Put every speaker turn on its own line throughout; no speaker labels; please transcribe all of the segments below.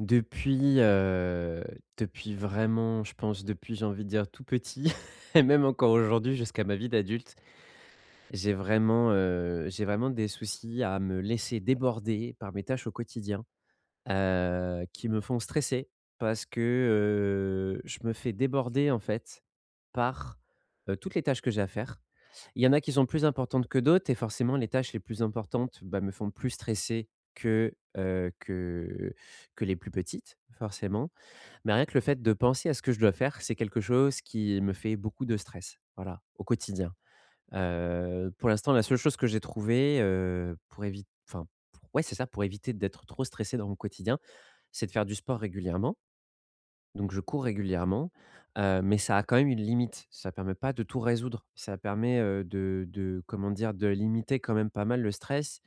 Depuis, heu, depuis vraiment, je pense depuis, j'ai envie de dire tout petit et même encore aujourd'hui jusqu'à ma vie d'adulte, j'ai vraiment des soucis à me laisser déborder par mes tâches au quotidien, qui me font stresser parce que je me fais déborder en fait par, toutes les tâches que j'ai à faire. Il y en a qui sont plus importantes que d'autres et forcément les tâches les plus importantes, bah, me font plus stresser que, heu, que que les plus petites forcément. Mais rien que le fait de penser à ce que je dois faire, c'est quelque chose qui me fait beaucoup de stress, voilà, au quotidien. Pour l'instant, la seule chose que j'ai trouvée, pour éviter, enfin, pour ouais, c'est ça, pour éviter d'être trop stressé dans mon quotidien, c'est de faire du sport régulièrement. Donc je cours régulièrement, mais ça a quand même une limite. Ça permet pas de tout résoudre. Ça permet, de comment dire? De limiter quand même pas mal le stress,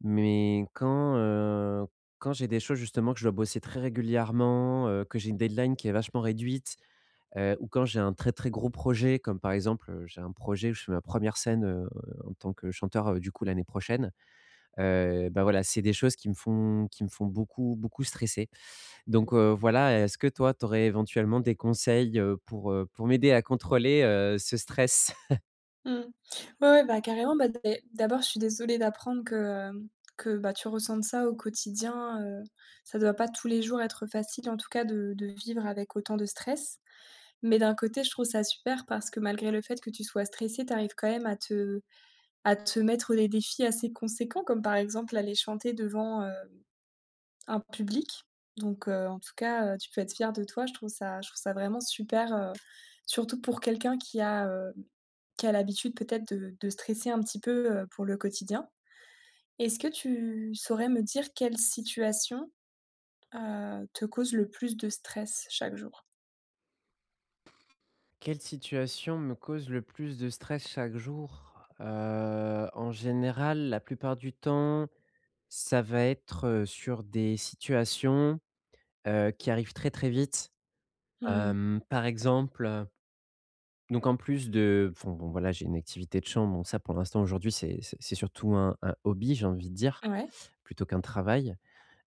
mais quand j'ai des choses justement que je dois bosser très régulièrement, que j'ai une deadline qui est vachement réduite, ou quand j'ai un très, très gros projet, comme par exemple, j'ai un projet où je fais ma première scène, en tant que chanteur, du coup l'année prochaine, voilà, c'est des choses qui me font beaucoup, beaucoup stresser. Donc, voilà, est-ce que toi, tu aurais éventuellement des conseils, pour m'aider à contrôler, ce stress?
Mmh. Ouais, ouais, bah, carrément, bah, dé d'abord, je suis désolée d'apprendre que, hem, que, bah, tu ressentes ça au quotidien, ça doit pas tous les jours être facile, en tout cas, de vivre avec autant de stress. Mais d'un côté, je trouve ça super parce que malgré le fait que tu sois stressée, tu arrives quand même à te mettre des défis assez conséquents, comme par exemple aller chanter devant, un public. Donc, en tout cas, tu peux être fier de toi. Je trouve ça vraiment super, surtout pour quelqu'un qui a l'habitude peut-être de stresser un petit peu, pour le quotidien. Est-ce que tu saurais me dire quelle situation, te cause le plus de stress chaque jour?
Quelle situation me cause le plus de stress chaque jour? En général, la plupart du temps, ça va être, sur des situations, qui arrivent très, très vite.
Mmh.
Par exemple, donc en plus de enfin bon voilà, j'ai une activité de chambre, bon ça pour l'instant aujourd'hui c'est surtout un hobby, j'ai envie de dire,
Ouais,
plutôt qu'un travail.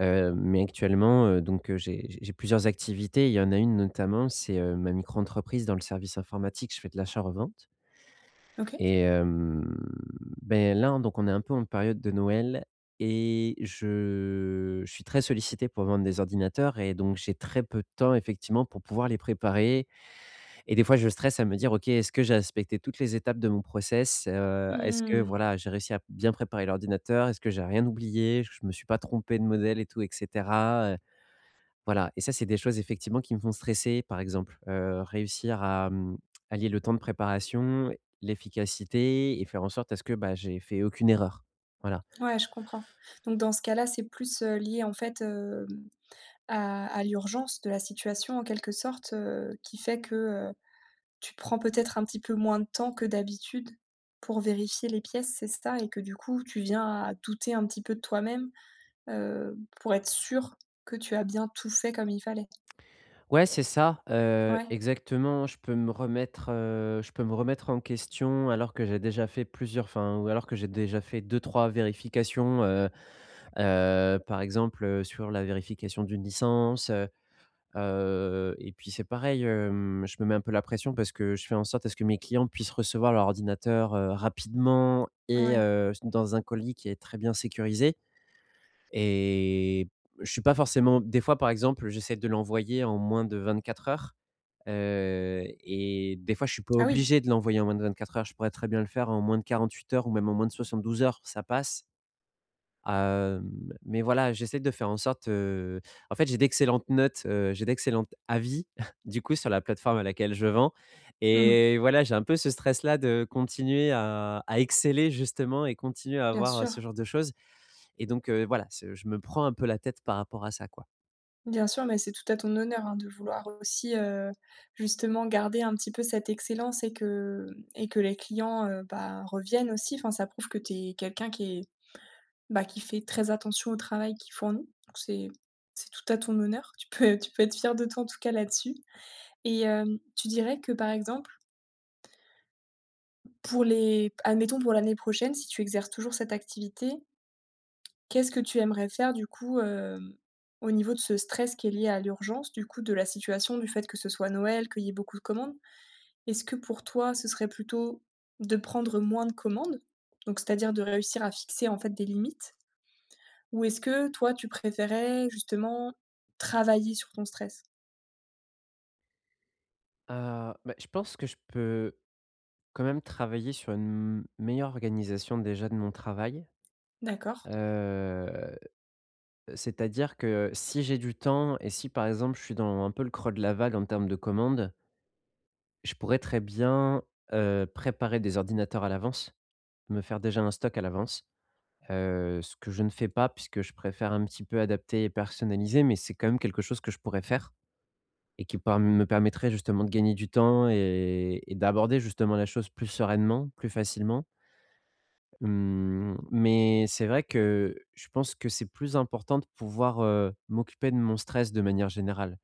Mais actuellement, donc, j'ai plusieurs activités. Il y en a une notamment, c'est, ma micro-entreprise dans le service informatique. Je fais de l'achat-revente
OK.
et beh, là, donc on est un peu en période de Noël et je suis très sollicité pour vendre des ordinateurs et donc j'ai très peu de temps effectivement pour pouvoir les préparer et des fois, je stresse à me dire: «OK, est-ce que j'ai respecté toutes les étapes de mon process? Est-ce que
Mmh.
voilà, j'ai réussi à bien préparer l'ordinateur? Est-ce que j'ai rien oublié? Je me suis pas trompé de modèle et tout et cetera?» Voilà, et ça, c'est des choses effectivement qui me font stresser, par exemple, réussir à, à le temps de préparation, l'efficacité et faire en sorte à ce que, bah, j'ai fait aucune erreur. Voilà.
Ouais, je comprends. Donc dans ce cas-là, c'est plus, lié en fait, à l'urgence de la situation en quelque sorte, qui fait que, tu prends peut-être un petit peu moins de temps que d'habitude pour vérifier les pièces, c'est ça? Et que du coup, tu viens à douter un petit peu de toi-même, pour être sûr que tu as bien tout fait comme il fallait?
Ouais, c'est ça,
Ouais,
exactement. Je peux me remettre, je peux me remettre en question alors que j'ai déjà fait plusieurs enfin, ou alors que j'ai déjà fait deux trois vérifications, par exemple, sur la vérification d'une licence, et puis c'est pareil, je me mets un peu la pression parce que je fais en sorte à ce que mes clients puissent recevoir leur ordinateur, rapidement et
ouais.
dans un colis qui est très bien sécurisé et je suis pas forcément des fois, par exemple, j'essaie de l'envoyer en moins de 24 heures. Et des fois, je suis pas
Ah oui,
obligé de l'envoyer en moins de 24 heures. Je pourrais très bien le faire en moins de 48 heures ou même en moins de 72 heures, ça passe. Mais voilà, j'essaie de faire en sorte, en fait, j'ai d'excellentes notes, j'ai d'excellents avis, du coup, sur la plateforme à laquelle je vends
mmh,
et voilà, j'ai un peu ce stress-là de continuer à exceller justement et continuer à
bien
avoir,
sûr,
ce genre de choses et donc voilà, ce je me prends un peu la tête par rapport à ça, quoi.
bien sûr, mais c'est tout à ton honneur, hein, de vouloir aussi, justement garder un petit peu cette excellence et que les clients, bah, reviennent aussi. Enfin, ça prouve que tu es quelqu'un qui est bah, qui fait très attention au travail qu'il fournit, c'est tout à ton honneur. Tu peux être fier de toi, en tout cas, là-dessus et tu dirais que, par exemple, pour les admettons pour l'année prochaine, si tu exerces toujours cette activité, qu'est-ce que tu aimerais faire, du coup, au niveau de ce stress qui est lié à l'urgence, du coup, de la situation, du fait que ce soit Noël, qu'il y ait beaucoup de commandes? Est-ce que pour toi, ce serait plutôt de prendre moins de commandes, donc c'est-à-dire de réussir à fixer, en fait, des limites? Ou est-ce que toi, tu préférais justement travailler sur ton stress?
Je pense que je peux quand même travailler sur une meilleure organisation déjà de mon travail,
D'accord.
heu, c'est-à-dire que si j'ai du temps et si par exemple je suis dans un peu le creux de la vague en termes de commandes, je pourrais très bien, préparer des ordinateurs à l'avance, me faire déjà un stock à l'avance, ce que je ne fais pas puisque je préfère un petit peu adapter et personnaliser, mais c'est quand même quelque chose que je pourrais faire et qui par me permettrait justement de gagner du temps et d'aborder justement la chose plus sereinement, plus facilement. Mmh, mais c'est vrai que je pense que c'est plus important de pouvoir, m'occuper de mon stress de manière générale.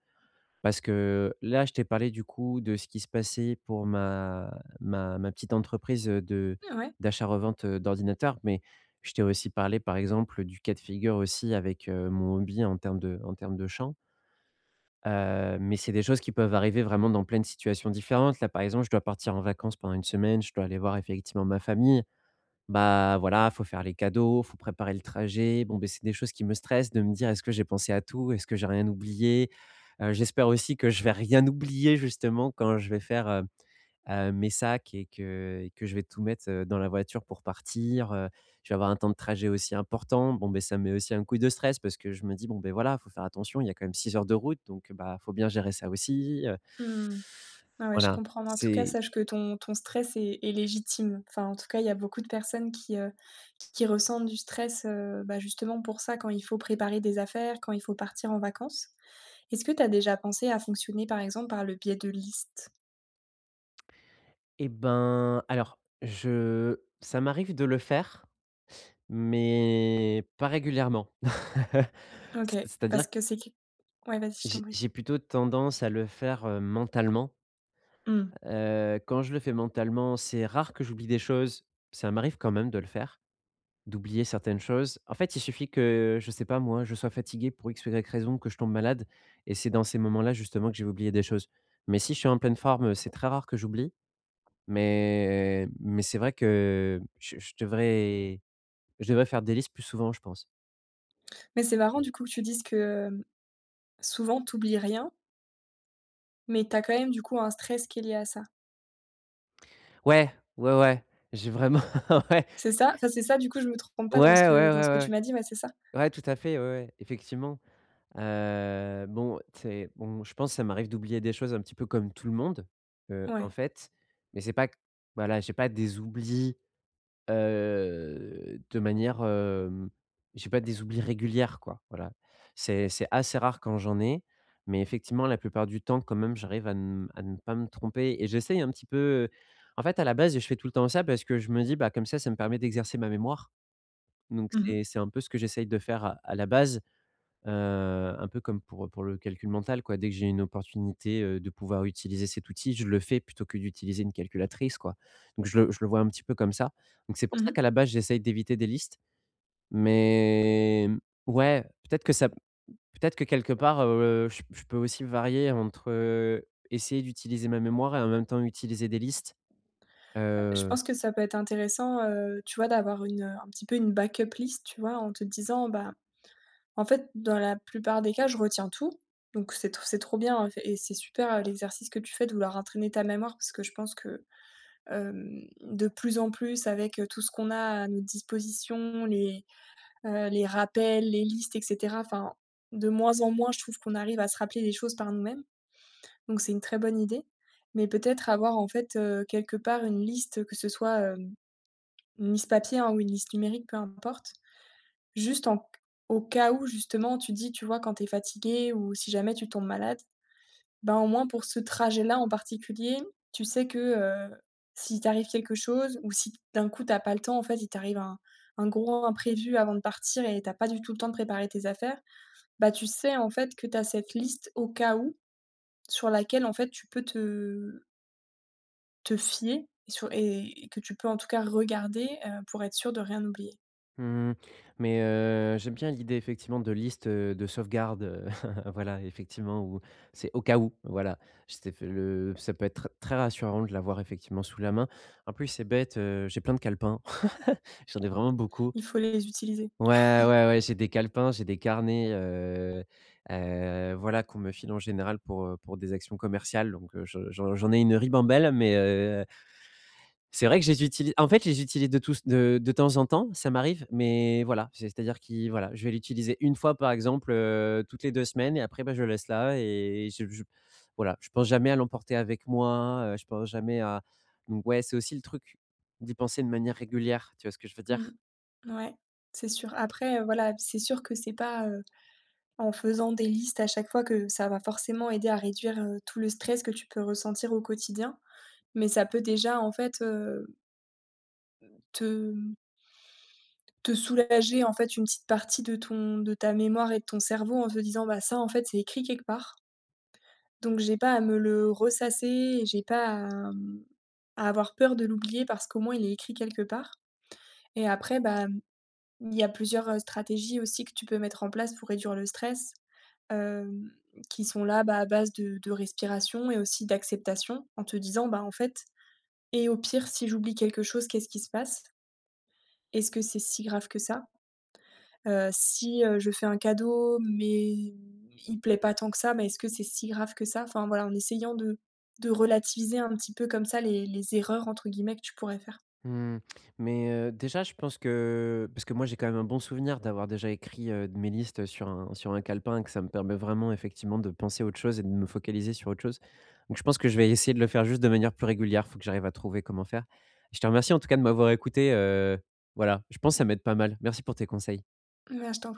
Parce que là, je t'ai parlé du coup de ce qui se passait pour ma petite entreprise, de
Ouais.
d'achat-revente, d'ordinateurs, mais je t'ai aussi parlé, par exemple, du cas de figure aussi avec, mon hobby en termes de chant. Mais c'est des choses qui peuvent arriver vraiment dans plein de situations différentes. Là, par exemple, je dois partir en vacances pendant une semaine, je dois aller voir effectivement ma famille. Bah, voilà, faut faire les cadeaux, faut préparer le trajet. Bon, beh, c'est des choses qui me stressent de me dire: «Est-ce que j'ai pensé à tout? Est-ce que j'ai rien oublié?» J'espère aussi que je vais rien oublier justement quand je vais faire, mes sacs et que je vais tout mettre, dans la voiture pour partir. Je vais avoir un temps de trajet aussi important. Bon, ben ça me met aussi un coup de stress parce que je me dis: «Bon, ben voilà, faut faire attention, il y a quand même 6 heures de route donc, bah, faut bien gérer ça aussi».
Mmh. Ah ouais, je
Voilà,
comprends. Mais en tout cas,
c'est
sache que ton stress est légitime. Enfin, en tout cas, il y a beaucoup de personnes qui, qui ressentent du stress, bah, justement pour ça, quand il faut préparer des affaires, quand il faut partir en vacances. Est-ce que tu as déjà pensé à fonctionner, par exemple, par le biais de listes?
et ben, alors je ça m'arrive de le faire mais pas régulièrement.
OK,
C'est-à-dire
parce
que
que c'est que ouais, vas-y, je
j'ai
t'en prie.
j'ai plutôt tendance à le faire, mentalement.
Mmh.
Quand je le fais mentalement, c'est rare que j'oublie des choses. Ça m'arrive quand même de le faire, d'oublier certaines choses. En fait, il suffit que, je sais pas moi, je sois fatigué pour X ou Y raison, que je tombe malade et c'est dans ces moments-là, justement, que j'ai oublié des choses. Mais si je suis en pleine forme, c'est très rare que j'oublie. Mais c'est vrai que je devrais faire des listes plus souvent, je pense.
Mais c'est marrant, du coup, que tu dises que, souvent, tu rien, mais tu as quand même, du coup, un stress qui est lié à ça.
Ouais, ouais, ouais, j'ai vraiment ouais,
C'est ça, enfin, c'est ça, du coup, je me trompe
ouais,
pas dans ce
ouais,
que
ouais,
dans ce que
ouais,
tu
ouais,
m'as dit, ouais, c'est ça?
ouais, tout à fait, ouais, ouais, effectivement. Bon, c'est bon, je pense que ça m'arrive d'oublier des choses un petit peu comme tout le monde, en
Ouais.
fait, mais c'est pas q voilà, j'ai pas des oublis. Heu, de manière, hem, j'ai pas des oublis régulières quoi, voilà. C'est assez rare quand j'en ai, mais effectivement la plupart du temps quand même j'arrive à ne pas me tromper et j'essaye un petit peu, en fait à la base je fais tout le temps ça parce que je me dis: «Bah, comme ça me permet d'exercer ma mémoire», donc c'est un peu ce que j'essaye de faire à la base. Heu, un peu comme pour le calcul mental quoi. Dès que j'ai une opportunité, de pouvoir utiliser cet outil, je le fais plutôt que d'utiliser une calculatrice quoi. Donc je le vois un petit peu comme ça. Donc c'est pour
Mmh
ça qu'à
mh.
la base j'essaye d'éviter des listes, mais ouais, peut-être que ça peut-être que quelque part, je peux aussi varier entre, essayer d'utiliser ma mémoire et en même temps utiliser des listes,
Je
heu
pense que ça peut être intéressant, tu vois, d'avoir une, un petit peu une backup list, tu vois? En te disant, bah, en fait, dans la plupart des cas, je retiens tout, donc c'est tr c'est trop bien, hein, f et c'est super, l'exercice que tu fais de vouloir entraîner ta mémoire parce que je pense que, de plus en plus avec, tout ce qu'on a à notre disposition, les rappels, les listes et cetera, enfin, de moins en moins, je trouve qu'on arrive à se rappeler les choses par nous-mêmes. Donc c'est une très bonne idée, mais peut-être avoir en fait, quelque part une liste, que ce soit, une liste papier, hein, ou une liste numérique, peu importe. Juste en au cas où justement tu dis, tu vois, quand tu es fatigué ou si jamais tu tombes malade, ben, au moins pour ce trajet-là en particulier, tu sais que, s'il t'arrive quelque chose ou si d'un coup t'as pas le temps, en fait, il t'arrive un gros imprévu avant de partir et t'as pas du tout le temps de préparer tes affaires, bah, tu sais en fait que tu as cette liste au cas où, sur laquelle en fait tu peux te te fier et sur et que tu peux en tout cas regarder, pour être sûr de rien oublier.
Mmh, mais j'aime bien l'idée effectivement de liste, de sauvegarde, voilà, effectivement, où c'est au cas où, voilà. C'était f le Ça peut être très rassurant de l'avoir effectivement sous la main. En plus, c'est bête, j'ai plein de calepins. J'en ai vraiment beaucoup.
Il faut les utiliser.
Ouais, ouais, ouais, j'ai des calepins, j'ai des carnets, voilà, qu'on me file en général pour des actions commerciales, donc je j'en j'en ai une ribambelle, mais c'est vrai que je les utilise en fait, je les utilise de tous de temps en temps, ça m'arrive, mais voilà, c'est-à-dire que voilà, je vais l'utiliser une fois, par exemple, toutes les 2 semaines et après, bah, je le laisse là et je voilà, je pense jamais à l'emporter avec moi, je pense jamais à donc ouais, c'est aussi le truc d'y penser de manière régulière, tu vois ce que je veux
Mmh.
dire?
Ouais, c'est sûr. Après, voilà, c'est sûr que c'est pas, en faisant des listes à chaque fois que ça va forcément aider à réduire, tout le stress que tu peux ressentir au quotidien. Mais ça peut déjà, en fait, te te soulager, en fait, une petite partie de ta mémoire et de ton cerveau en te disant: «Bah, ça, en fait, c'est écrit quelque part, donc j'ai pas à me le ressasser et j'ai pas à, mmh, à avoir peur de l'oublier parce qu'au moins il est écrit quelque part» et après, bah, mmh, il y a plusieurs, stratégies aussi que tu peux mettre en place pour réduire le stress, hem, qui sont là, bah, à base de respiration et aussi d'acceptation en te disant: «Bah, en fait et au pire, si j'oublie quelque chose, qu'est-ce qui se passe?» Est-ce que c'est si grave que ça? Si, je fais un cadeau, mais il plaît pas tant que ça, mais est-ce que c'est si grave que ça? Enfin voilà, en essayant de relativiser un petit peu comme ça les «erreurs» entre guillemets que tu pourrais faire.
Mmh, mais, déjà je pense que parce que moi j'ai quand même un bon souvenir d'avoir déjà écrit, mes listes sur un calepin que ça me permet vraiment effectivement de penser à autre chose et de me focaliser sur autre chose. Donc je pense que je vais essayer de le faire juste de manière plus régulière, faut que j'arrive à trouver comment faire. Je te remercie en tout cas de m'avoir écouté, voilà, je pense que ça m'aide pas mal. Merci pour tes conseils.
Ouais, je t'en